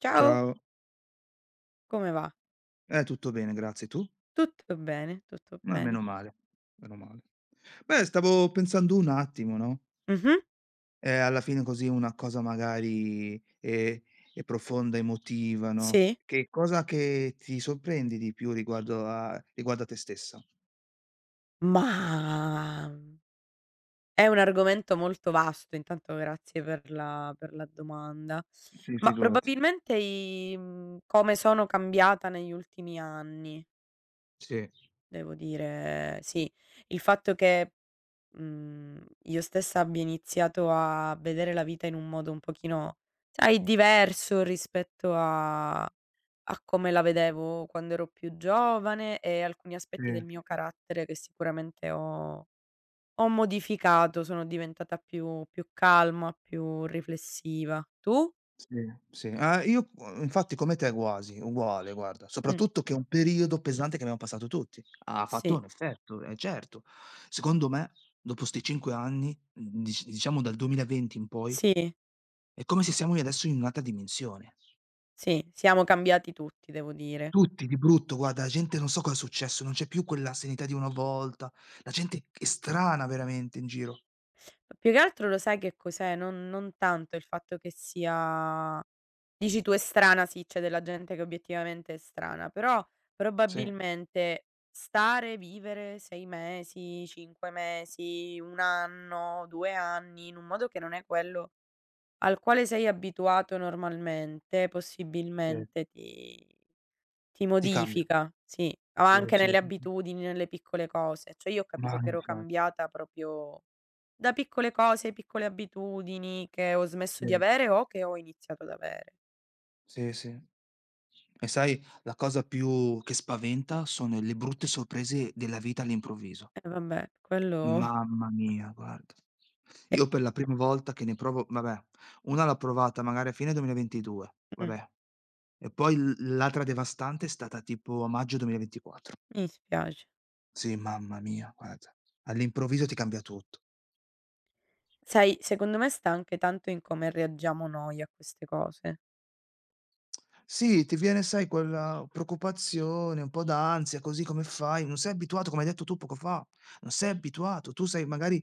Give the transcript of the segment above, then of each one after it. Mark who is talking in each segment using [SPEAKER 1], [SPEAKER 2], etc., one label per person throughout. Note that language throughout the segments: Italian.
[SPEAKER 1] Ciao,
[SPEAKER 2] Ciao.
[SPEAKER 1] come va?
[SPEAKER 2] Tutto bene, grazie. Tu?
[SPEAKER 1] Tutto bene, tutto
[SPEAKER 2] Ah,
[SPEAKER 1] bene.
[SPEAKER 2] meno male, meno male. Beh, stavo pensando un attimo, no,
[SPEAKER 1] Mh-mh,
[SPEAKER 2] alla fine così una cosa magari, ehm, profonda, emotiva, no,
[SPEAKER 1] sì.
[SPEAKER 2] che cosa che ti sorprendi di più riguardo a te stessa?
[SPEAKER 1] Mah, è un argomento molto vasto, intanto grazie per la domanda.
[SPEAKER 2] Sì,
[SPEAKER 1] Ma
[SPEAKER 2] figurati.
[SPEAKER 1] probabilmente i come sono cambiata negli ultimi anni,
[SPEAKER 2] Sì,
[SPEAKER 1] devo dire sì. Il fatto che, io stessa abbia iniziato a vedere la vita in un modo un pochino, sai, diverso rispetto a come la vedevo quando ero più giovane e alcuni aspetti
[SPEAKER 2] sì.
[SPEAKER 1] del mio carattere che sicuramente ho modificato, sono diventata più calma, più riflessiva. Tu?
[SPEAKER 2] Sì, sì. Ah, io infatti come te quasi, uguale guarda,
[SPEAKER 1] Mh,
[SPEAKER 2] soprattutto che è un periodo pesante che abbiamo passato tutti. Ha fatto
[SPEAKER 1] sì,
[SPEAKER 2] un effetto, eh certo. Secondo me, dopo 'sti 5 anni, diciamo dal 2020 in poi,
[SPEAKER 1] sì,
[SPEAKER 2] è come se siamo adesso in un'altra dimensione.
[SPEAKER 1] sì, siamo cambiati tutti devo dire.
[SPEAKER 2] Tutti di brutto, guarda, la gente non so cosa è successo, non c'è più quella serenità di una volta, la gente è strana veramente in giro.
[SPEAKER 1] Ma più che altro lo sai che cos'è? Non tanto il fatto che sia. Dici tu: "È strana." Sì, c'è della gente che obiettivamente è strana, però
[SPEAKER 2] Sì,
[SPEAKER 1] probabilmente stare, vivere 6 mesi, 5 mesi, 1 anno, 2 anni, in un modo che non è quello al quale sei abituato normalmente,
[SPEAKER 2] sì,
[SPEAKER 1] possibilmente ti
[SPEAKER 2] ti cambia.
[SPEAKER 1] modifica, sì, ma
[SPEAKER 2] Sì,
[SPEAKER 1] anche
[SPEAKER 2] sì,
[SPEAKER 1] nelle
[SPEAKER 2] sì, sì.
[SPEAKER 1] abitudini, nelle piccole cose. Cioè io ho capito
[SPEAKER 2] Ma
[SPEAKER 1] che ero
[SPEAKER 2] infatti,
[SPEAKER 1] cambiata proprio da piccole cose, piccole abitudini che ho smesso di
[SPEAKER 2] sì,
[SPEAKER 1] avere o che ho iniziato ad avere.
[SPEAKER 2] sì, sì. E sai, la cosa più che spaventa sono le brutte sorprese della vita all'improvviso.
[SPEAKER 1] Eh vabbè, quello
[SPEAKER 2] Mamma mia, guarda.
[SPEAKER 1] e
[SPEAKER 2] Io per la prima volta che ne provo vabbè, una l'ho provata magari a fine 2022,
[SPEAKER 1] mh,
[SPEAKER 2] vabbè, e poi l'altra devastante è stata tipo a maggio 2024.
[SPEAKER 1] mi dispiace.
[SPEAKER 2] Sì, mamma mia, guarda. All'improvviso ti cambia tutto.
[SPEAKER 1] Sai, secondo me sta anche tanto in come reagiamo noi a queste cose.
[SPEAKER 2] Sì, ti viene sai quella preoccupazione, un po' d'ansia, così come fai, non sei abituato, come hai detto tu poco fa, non sei abituato. Tu sei magari,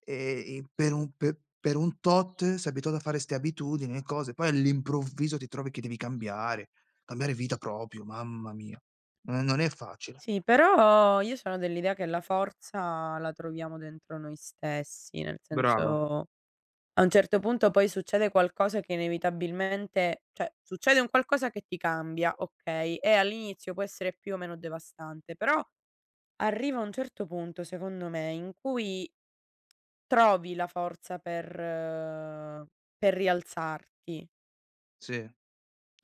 [SPEAKER 2] i per un pe per un tot sei abituato a fare 'ste abitudini e cose, poi all'improvviso ti trovi che devi cambiare, cambiare vita proprio, mamma mia. Non è facile.
[SPEAKER 1] Sì, però io sono dell'idea che la forza la troviamo dentro noi stessi, nel
[SPEAKER 2] Brava,
[SPEAKER 1] senso a un certo punto poi succede qualcosa che inevitabilmente, cioè succede un qualcosa che ti cambia, okay, e all'inizio può essere più o meno devastante, però arriva un certo punto, secondo me, in cui trovi la forza per rialzarti,
[SPEAKER 2] sì, è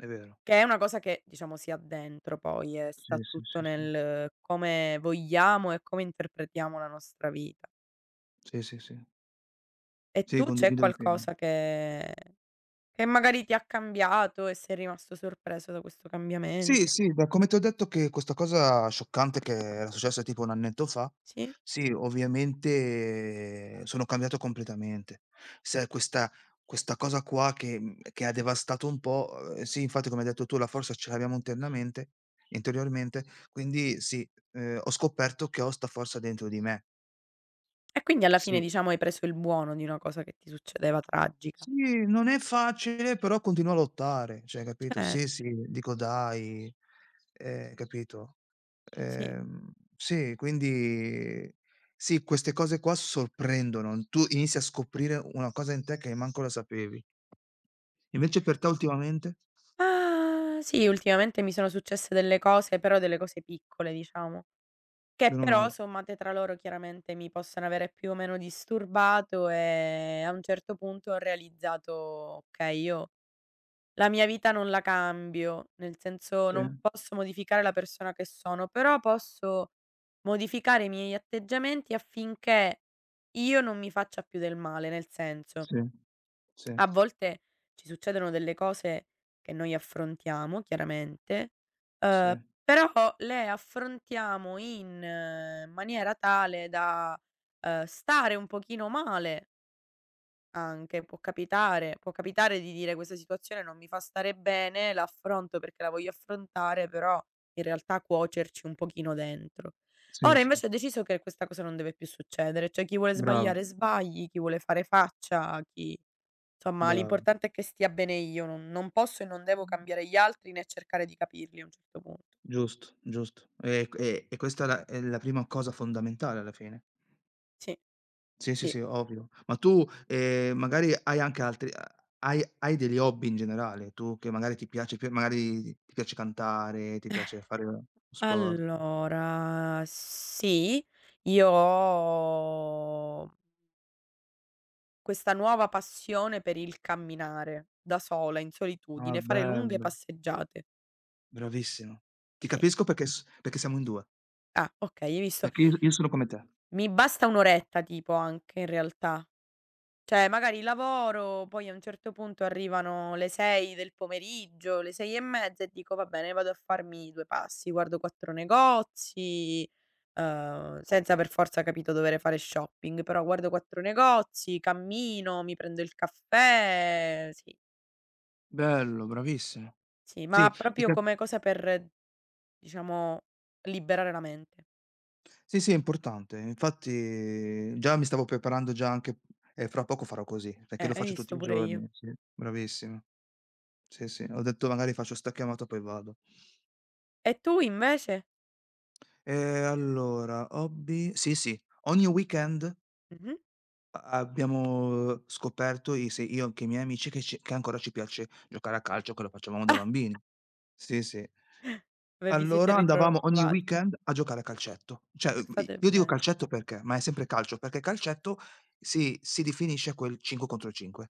[SPEAKER 2] vero.
[SPEAKER 1] che è una cosa che diciamo si ha dentro poi, e
[SPEAKER 2] Sì,
[SPEAKER 1] sta
[SPEAKER 2] sì,
[SPEAKER 1] tutto
[SPEAKER 2] sì, sì.
[SPEAKER 1] nel come vogliamo e come interpretiamo la nostra vita.
[SPEAKER 2] Sì, sì, sì.
[SPEAKER 1] E
[SPEAKER 2] Sì,
[SPEAKER 1] tu, c'è
[SPEAKER 2] condivido appieno.
[SPEAKER 1] qualcosa che magari ti ha cambiato e sei rimasto sorpreso da questo
[SPEAKER 2] Sì,
[SPEAKER 1] cambiamento?
[SPEAKER 2] sì, da come ti ho detto che questa cosa scioccante che era successa tipo 1 annetto fa,
[SPEAKER 1] Sì?
[SPEAKER 2] sì, ovviamente sono cambiato completamente. Se questa cosa qua che che ha devastato un po' sì, infatti come hai detto tu la forza ce l'abbiamo internamente interiormente, quindi sì, ho scoperto che ho 'sta forza dentro di me,
[SPEAKER 1] E quindi alla fine
[SPEAKER 2] sì.
[SPEAKER 1] diciamo hai preso il buono di una cosa che ti succedeva tragica.
[SPEAKER 2] Sì, non è facile, però continuo a lottare, cioè capito?
[SPEAKER 1] Certo,
[SPEAKER 2] Sì, sì, dico dai, capito?
[SPEAKER 1] sì.
[SPEAKER 2] Sì, quindi sì, queste cose qua sorprendono. Tu inizi a scoprire una cosa in te che manco la sapevi. Invece per te ultimamente?
[SPEAKER 1] Ah, sì, ultimamente mi sono successe delle cose, però delle cose piccole diciamo. Che
[SPEAKER 2] Meno
[SPEAKER 1] però
[SPEAKER 2] male.
[SPEAKER 1] sommate tra loro chiaramente mi possono avere più o meno disturbato, a un certo punto ho realizzato: "Okay, io la mia vita non la cambio, nel senso
[SPEAKER 2] Sì,
[SPEAKER 1] non posso modificare la persona che sono, però posso modificare i miei atteggiamenti affinché io non mi faccia più del male", nel senso
[SPEAKER 2] sì, sì,
[SPEAKER 1] a volte ci succedono delle cose che noi affrontiamo chiaramente,
[SPEAKER 2] sì,
[SPEAKER 1] uhm, però le affrontiamo in maniera tale da, stare un pochino male anche, può capitare di dire: "Questa situazione non mi fa stare bene, l'affronto perché la voglio affrontare", però in realtà cuocerci un pochino dentro.
[SPEAKER 2] sì,
[SPEAKER 1] Ora
[SPEAKER 2] sì,
[SPEAKER 1] invece ho deciso che questa cosa non deve più succedere, cioè chi vuole
[SPEAKER 2] brava,
[SPEAKER 1] sbagliare sbagli, chi vuole fare faccia, chi insomma
[SPEAKER 2] brava,
[SPEAKER 1] l'importante è che stia bene io, non posso e non devo cambiare gli altri né cercare di capirli a un certo punto.
[SPEAKER 2] giusto, giusto. E q e questa è la prima cosa fondamentale alla fine.
[SPEAKER 1] Sì,
[SPEAKER 2] Sì, sì,
[SPEAKER 1] sì.
[SPEAKER 2] sì, ovvio. Ma tu, magari hai anche altri hai degli hobby in generale, tu che magari ti piace più magari ti piace cantare, ti piace fare uno sport.
[SPEAKER 1] Allora, sì, io ho questa nuova passione per il camminare, da sola, in
[SPEAKER 2] Ah,
[SPEAKER 1] solitudine, fare lunghe
[SPEAKER 2] bello,
[SPEAKER 1] passeggiate.
[SPEAKER 2] bravissimo. Ti
[SPEAKER 1] Sì.
[SPEAKER 2] capisco perché siamo in 2,
[SPEAKER 1] Ah, okay, hai visto?
[SPEAKER 2] perché io sono come te.
[SPEAKER 1] Mi basta 1 oretta tipo anche in realtà. Cioè magari lavoro, poi a un certo punto arrivano le 6 del pomeriggio, le 6 e mezza e dico: "Va bene, vado a farmi 2 passi, guardo 4 negozi", senza per forza, capito, dovere fare shopping, però guardo 4 negozi, cammino, mi prendo il caffè, sì.
[SPEAKER 2] Bello, bravissimo.
[SPEAKER 1] Sì,
[SPEAKER 2] Sì,
[SPEAKER 1] ma
[SPEAKER 2] ti
[SPEAKER 1] proprio
[SPEAKER 2] cap
[SPEAKER 1] come cosa per, diciamo, liberare la mente.
[SPEAKER 2] sì, sì, è importante. Infatti già mi stavo preparando già anche e fra poco farò così, perché lo
[SPEAKER 1] Hai
[SPEAKER 2] faccio tutti
[SPEAKER 1] visto
[SPEAKER 2] i
[SPEAKER 1] pure io.
[SPEAKER 2] giorni, sì, bravissimo. Sì, sì, ho detto magari faccio 'sta chiamata poi vado.
[SPEAKER 1] E tu invece?
[SPEAKER 2] Allora, hobby sì, sì, ogni weekend
[SPEAKER 1] Mh-mh.
[SPEAKER 2] a abbiamo scoperto i se io che i miei amici che ancora ci piace giocare a calcio, che lo facevamo da bambini. Sì, sì.
[SPEAKER 1] Ve vi siete
[SPEAKER 2] Allora andavamo ogni
[SPEAKER 1] ritrovati.
[SPEAKER 2] weekend a giocare a calcetto. Cioè,
[SPEAKER 1] E
[SPEAKER 2] i
[SPEAKER 1] fate
[SPEAKER 2] io dico
[SPEAKER 1] bene.
[SPEAKER 2] calcetto perché, ma è sempre calcio, perché calcetto si definisce quel 5 contro 5,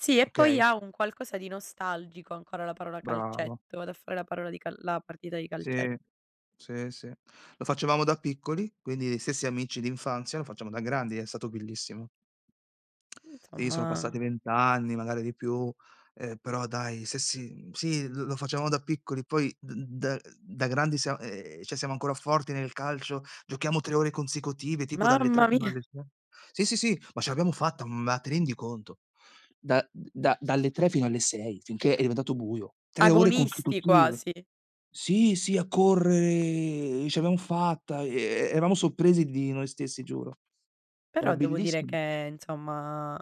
[SPEAKER 1] Sì, e poi
[SPEAKER 2] okay?
[SPEAKER 1] ha un qualcosa di nostalgico ancora la parola
[SPEAKER 2] Bravo.
[SPEAKER 1] calcetto. Vado a fare la parola di cal la partita di calcetto.
[SPEAKER 2] Sì. Sì, sì. Lo facevamo da piccoli, quindi gli stessi amici d'infanzia, lo facciamo da grandi, è stato bellissimo. Sì, sono
[SPEAKER 1] Insomma,
[SPEAKER 2] passati 20 anni, magari di più, però dai, se si sì, lo facevamo da piccoli, poi d da da grandi sia cioè siamo ancora forti nel calcio, giochiamo 3 ore consecutive, tipo dalle 3
[SPEAKER 1] mamma
[SPEAKER 2] fino
[SPEAKER 1] mia,
[SPEAKER 2] alle 6. Sì, sì, sì, ma ce l'abbiamo fatta, ma ti rendi conto? Da da dalle 3 fino alle 6, finché è diventato buio. 3 ore
[SPEAKER 1] agonisti
[SPEAKER 2] consecutive.
[SPEAKER 1] quasi.
[SPEAKER 2] Sì, sì, a correre, ce l'abbiamo fatta, e eravamo sorpresi di noi stessi, giuro. Era
[SPEAKER 1] Però devo dire
[SPEAKER 2] bellissimo.
[SPEAKER 1] che insomma,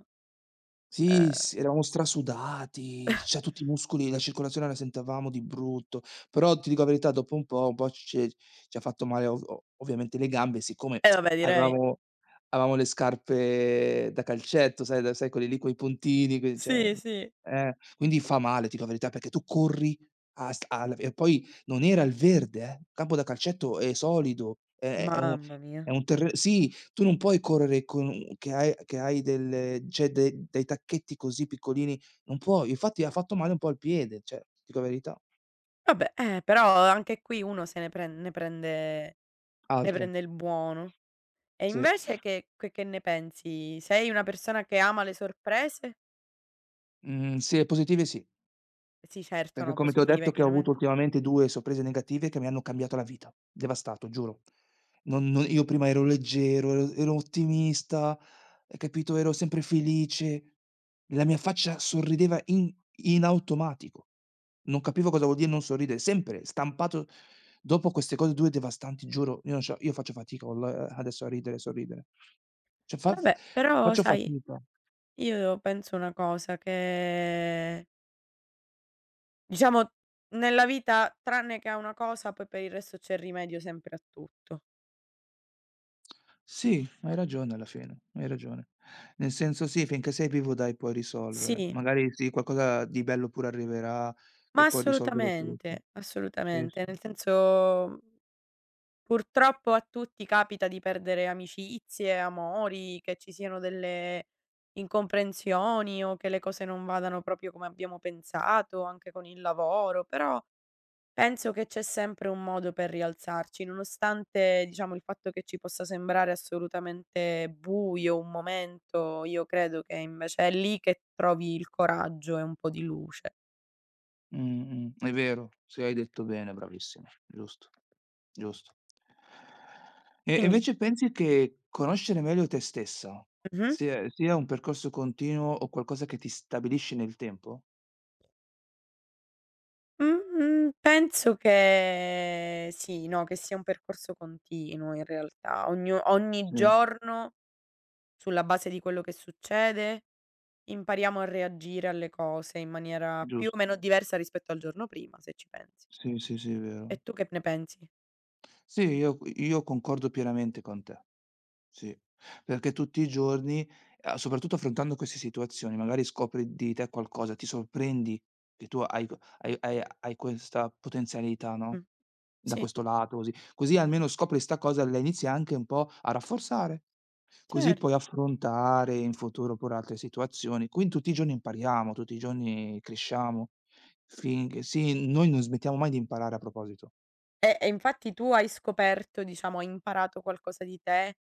[SPEAKER 2] Sì,
[SPEAKER 1] ehm
[SPEAKER 2] s eravamo strasudati, cioè tutti i muscoli, la circolazione la sentavamo di brutto, però ti dico la verità dopo un po' ce ci ha fatto male ov o ovviamente le gambe, siccome
[SPEAKER 1] eh vabbè direi.
[SPEAKER 2] avevamo avevamo le scarpe da calcetto, sai quelle lì coi puntini, que cioè
[SPEAKER 1] Sì, sì.
[SPEAKER 2] quindi fa male, ti dico la verità, perché tu corri a st al e poi non era al verde campo da calcetto è solido, è è un
[SPEAKER 1] Mamma mia.
[SPEAKER 2] è un terre sì tu non puoi correre con che hai delle cioè de dei tacchetti così piccolini, non puoi. Infatti ha fatto male un po' al piede, cioè, dico la verità.
[SPEAKER 1] Vabbè, però anche qui uno se ne pren ne prende, ne
[SPEAKER 2] Altre,
[SPEAKER 1] prende il buono. E
[SPEAKER 2] sì.
[SPEAKER 1] invece che ne pensi? Sei una persona che ama le sorprese?
[SPEAKER 2] Mhmm, sì, positive sì.
[SPEAKER 1] Sì, certo,
[SPEAKER 2] Perché
[SPEAKER 1] no,
[SPEAKER 2] come ti ho detto
[SPEAKER 1] positive
[SPEAKER 2] che ho avuto
[SPEAKER 1] chiaramente.
[SPEAKER 2] ultimamente 2 sorprese negative che mi hanno cambiato la vita, devastato, giuro. Non io prima ero leggero, ero ottimista, hai capito, ero sempre felice, la mia faccia sorrideva in automatico. Non capivo cosa vuol dire non sorridere, sempre stampato dopo queste cose 2 devastanti, giuro, io non ce la io faccio fatica wallah adesso a ridere e sorridere. Cioè fa
[SPEAKER 1] Vabbè, però
[SPEAKER 2] faccio
[SPEAKER 1] sai,
[SPEAKER 2] fatica.
[SPEAKER 1] io penso una cosa, che diciamo nella vita tranne che a una cosa, poi per il resto c'è rimedio sempre a tutto.
[SPEAKER 2] Sì, hai ragione alla fine, hai ragione. Nel senso sì, finché sei vivo dai, puoi risolvere.
[SPEAKER 1] Sì,
[SPEAKER 2] Magari sì, qualcosa di bello pure arriverà,
[SPEAKER 1] ma
[SPEAKER 2] che puoi risolvere tutto.
[SPEAKER 1] assolutamente,
[SPEAKER 2] Sì,
[SPEAKER 1] assolutamente,
[SPEAKER 2] sì.
[SPEAKER 1] nel senso purtroppo a tutti capita di perdere amicizie, amori, che ci siano delle incomprensioni o che le cose non vadano proprio come abbiamo pensato, anche con il lavoro, però penso che c'è sempre un modo per rialzarci, nonostante, diciamo, il fatto che ci possa sembrare assolutamente buio un momento, io credo che invece è lì che trovi il coraggio e un po' di luce.
[SPEAKER 2] Mh, è vero, sì, hai detto bene, bravissima, giusto, giusto. E
[SPEAKER 1] Quindi
[SPEAKER 2] invece pensi che conoscere meglio te stessa
[SPEAKER 1] mh-mh.
[SPEAKER 2] sia un percorso continuo o qualcosa che ti stabilisci nel tempo?
[SPEAKER 1] Mh-mh, penso che sì, no, che sia un percorso continuo in realtà. Ognu Ogni
[SPEAKER 2] Sì,
[SPEAKER 1] giorno, sulla base di quello che succede, impariamo a reagire alle cose in maniera più o
[SPEAKER 2] giusto.
[SPEAKER 1] meno diversa rispetto al giorno prima, se ci pensi.
[SPEAKER 2] Sì, sì, sì, è
[SPEAKER 1] E
[SPEAKER 2] vero.
[SPEAKER 1] tu che ne pensi?
[SPEAKER 2] Sì, io concordo pienamente con te. Sì, perché tutti i giorni, a soprattutto affrontando queste situazioni, magari scopri di te qualcosa, ti sorprendi che tu hai q hai hai hai questa potenzialità,
[SPEAKER 1] Mh,
[SPEAKER 2] no, da
[SPEAKER 1] sì,
[SPEAKER 2] questo lato così. Così almeno scopri 'sta cosa e la inizi anche un po' a rafforzare, così
[SPEAKER 1] certo.
[SPEAKER 2] puoi affrontare in futuro pure altre situazioni. Quin Tutti i giorni impariamo, tutti i giorni cresciamo, finché sì, noi non smettiamo mai di imparare a proposito.
[SPEAKER 1] E infatti tu hai scoperto, diciamo, hai imparato qualcosa di te,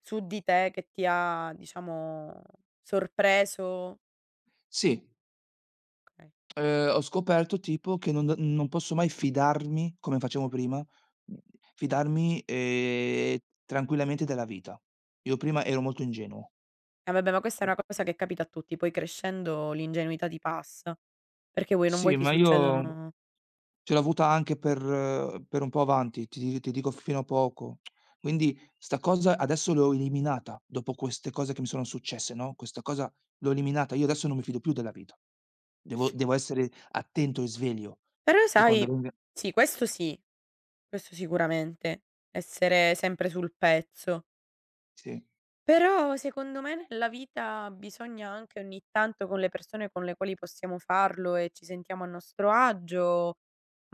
[SPEAKER 1] su di te che ti ha, diciamo, sorpreso?
[SPEAKER 2] Sì.
[SPEAKER 1] Okay.
[SPEAKER 2] Ho scoperto tipo che non posso mai fidarmi, come facevo prima, mhmm, fidarmi, tranquillamente della vita. Io prima ero molto ingenuo.
[SPEAKER 1] Eh vabbè, ma questa è una cosa che capita a tutti, poi crescendo l'ingenuità ti passa, perché vuoi non vuoi
[SPEAKER 2] Sì,
[SPEAKER 1] ti
[SPEAKER 2] ma io
[SPEAKER 1] succedono
[SPEAKER 2] ce l'ho avuta anche per un po' avanti, ti dico fino a poco. Quindi 'sta cosa adesso l'ho eliminata, dopo queste cose che mi sono successe, no, questa cosa l'ho eliminata. Io adesso non mi fido più della vita. Devo essere attento e sveglio
[SPEAKER 1] però
[SPEAKER 2] che quando
[SPEAKER 1] sai
[SPEAKER 2] venga
[SPEAKER 1] sì, questo sicuramente, essere sempre sul pezzo.
[SPEAKER 2] sì,
[SPEAKER 1] Però secondo me nella vita bisogna anche ogni tanto con le persone con le quali possiamo farlo e ci sentiamo a nostro agio,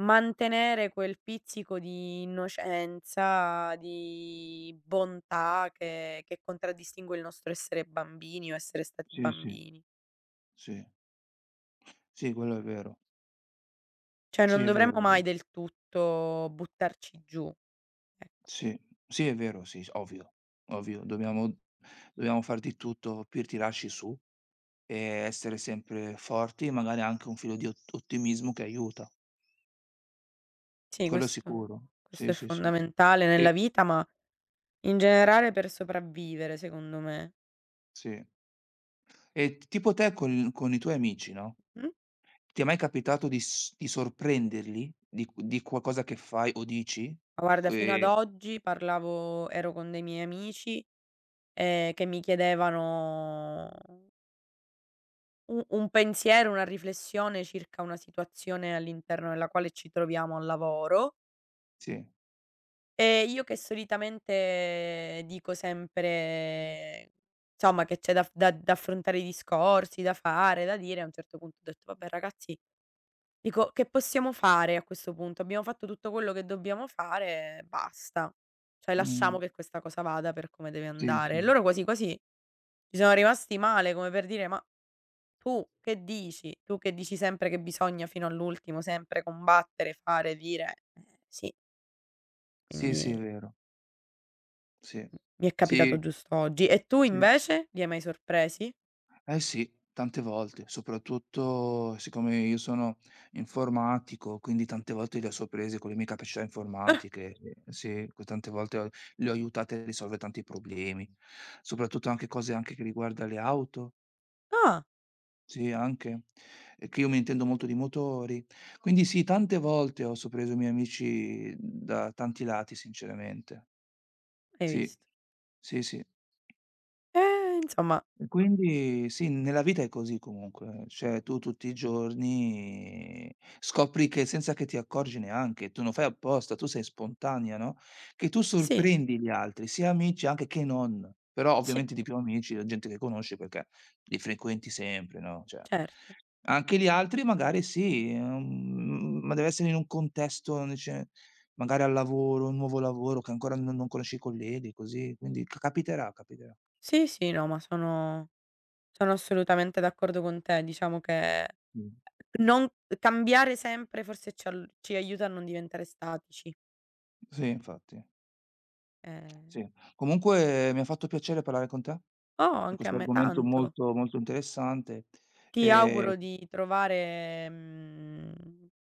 [SPEAKER 1] mantenere quel pizzico di innocenza, di bontà che contraddistingue il nostro essere bambini o essere stati
[SPEAKER 2] sì, sì,
[SPEAKER 1] bambini.
[SPEAKER 2] sì. Sì, quello è vero.
[SPEAKER 1] Cioè
[SPEAKER 2] Sì,
[SPEAKER 1] non
[SPEAKER 2] è vero,
[SPEAKER 1] dovremmo
[SPEAKER 2] è
[SPEAKER 1] mai
[SPEAKER 2] vero.
[SPEAKER 1] del tutto buttarci giù, ecco.
[SPEAKER 2] Sì, sì, è vero, sì, s ovvio, ovvio. Dobbiamo far di tutto per tirarci su e essere sempre forti, magari anche un filo di ot ottimismo che aiuta,
[SPEAKER 1] Sì,
[SPEAKER 2] quello
[SPEAKER 1] questo
[SPEAKER 2] sicuro. Sì,
[SPEAKER 1] è
[SPEAKER 2] sì, sì.
[SPEAKER 1] fondamentale nella
[SPEAKER 2] E
[SPEAKER 1] vita, ma in generale per sopravvivere secondo me.
[SPEAKER 2] sì. E t tipo te col con i tuoi amici, no,
[SPEAKER 1] Mh?
[SPEAKER 2] ti è mai capitato di s di sorprenderli di q di qualcosa che fai o dici?
[SPEAKER 1] Ma
[SPEAKER 2] C
[SPEAKER 1] guarda, fino ad oggi parlavo ero con dei miei amici, che mi chiedevano u un pensiero, una riflessione circa una situazione all'interno della quale ci troviamo al lavoro,
[SPEAKER 2] Sì.
[SPEAKER 1] e io che solitamente dico sempre, insomma, che c'è da f da da affrontare i discorsi, da fare, da dire, a un certo punto ho detto: "Vabbè ragazzi". Dico: "Che possiamo fare a questo punto? Abbiamo fatto tutto quello che dobbiamo fare, basta. Cioè lasciamo
[SPEAKER 2] Mh,
[SPEAKER 1] che questa cosa vada per come deve
[SPEAKER 2] sì,
[SPEAKER 1] andare". E
[SPEAKER 2] sì.
[SPEAKER 1] loro quasi quasi ci sono rimasti male, come per dire: "Ma tu che dici? Tu che dici sempre che bisogna fino all'ultimo sempre combattere, fare, dire". Sì,
[SPEAKER 2] Sì,
[SPEAKER 1] quindi
[SPEAKER 2] sì, è vero. Sì.
[SPEAKER 1] m mi è
[SPEAKER 2] Sì,
[SPEAKER 1] capitato giusto oggi. E tu
[SPEAKER 2] sì.
[SPEAKER 1] invece? Li hai mai sorpresi?
[SPEAKER 2] Eh sì, tante volte, soprattutto siccome io sono informatico, quindi tante volte le ho sorprese con le mie capacità informatiche, sì, co tante volte ho le ho aiutate a risolvere tanti problemi, soprattutto anche cose anche che riguarda le auto,
[SPEAKER 1] Ah,
[SPEAKER 2] sì anche, e che io mi intendo molto di motori. Quindi sì, tante volte ho sorpreso i miei amici da tanti lati sinceramente.
[SPEAKER 1] hai
[SPEAKER 2] Sì,
[SPEAKER 1] visto.
[SPEAKER 2] sì, sì.
[SPEAKER 1] Insomma,
[SPEAKER 2] E quindi sì, nella vita è così comunque, cioè tu tutti i giorni scopri che senza che ti accorgi neanche, tu non fai apposta, tu sei spontanea, no, che tu
[SPEAKER 1] sì,
[SPEAKER 2] sorprendi gli altri, sia amici anche che non, però
[SPEAKER 1] sì,
[SPEAKER 2] ovviamente di più amici, la gente che conosci perché li frequenti sempre, no, cioè.
[SPEAKER 1] certo.
[SPEAKER 2] Anche gli altri magari sì, ma deve essere in un contesto dice magari al lavoro, un nuovo lavoro che ancora non conosci i colleghi, così, quindi ca capiterà, capiterà.
[SPEAKER 1] Sì, sì, no, sono assolutamente d'accordo con te. Diciamo che
[SPEAKER 2] Mh.
[SPEAKER 1] non cambiare sempre forse ci aiuta a non diventare statici.
[SPEAKER 2] Sì, infatti.
[SPEAKER 1] Ehm
[SPEAKER 2] Sì. Comunque mi ha fatto piacere parlare con te
[SPEAKER 1] oh,
[SPEAKER 2] di
[SPEAKER 1] anche a
[SPEAKER 2] questo
[SPEAKER 1] me
[SPEAKER 2] argomento
[SPEAKER 1] tanto.
[SPEAKER 2] molto, molto interessante
[SPEAKER 1] Ti
[SPEAKER 2] e
[SPEAKER 1] auguro di trovare,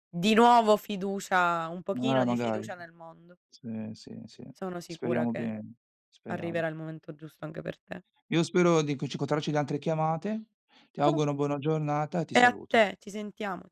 [SPEAKER 1] di nuovo fiducia, un pochino
[SPEAKER 2] ah,
[SPEAKER 1] di
[SPEAKER 2] magari.
[SPEAKER 1] fiducia nel mondo.
[SPEAKER 2] Sì, sì, sì.
[SPEAKER 1] Sono sicura
[SPEAKER 2] Speriamo
[SPEAKER 1] che
[SPEAKER 2] bene, speriamo.
[SPEAKER 1] arriverà il momento giusto anche per te.
[SPEAKER 2] Io spero di co ci incontrarci da altre chiamate. Ti
[SPEAKER 1] Oh,
[SPEAKER 2] auguro una buona giornata e ti
[SPEAKER 1] e a
[SPEAKER 2] saluto.
[SPEAKER 1] te, ci sentiamo.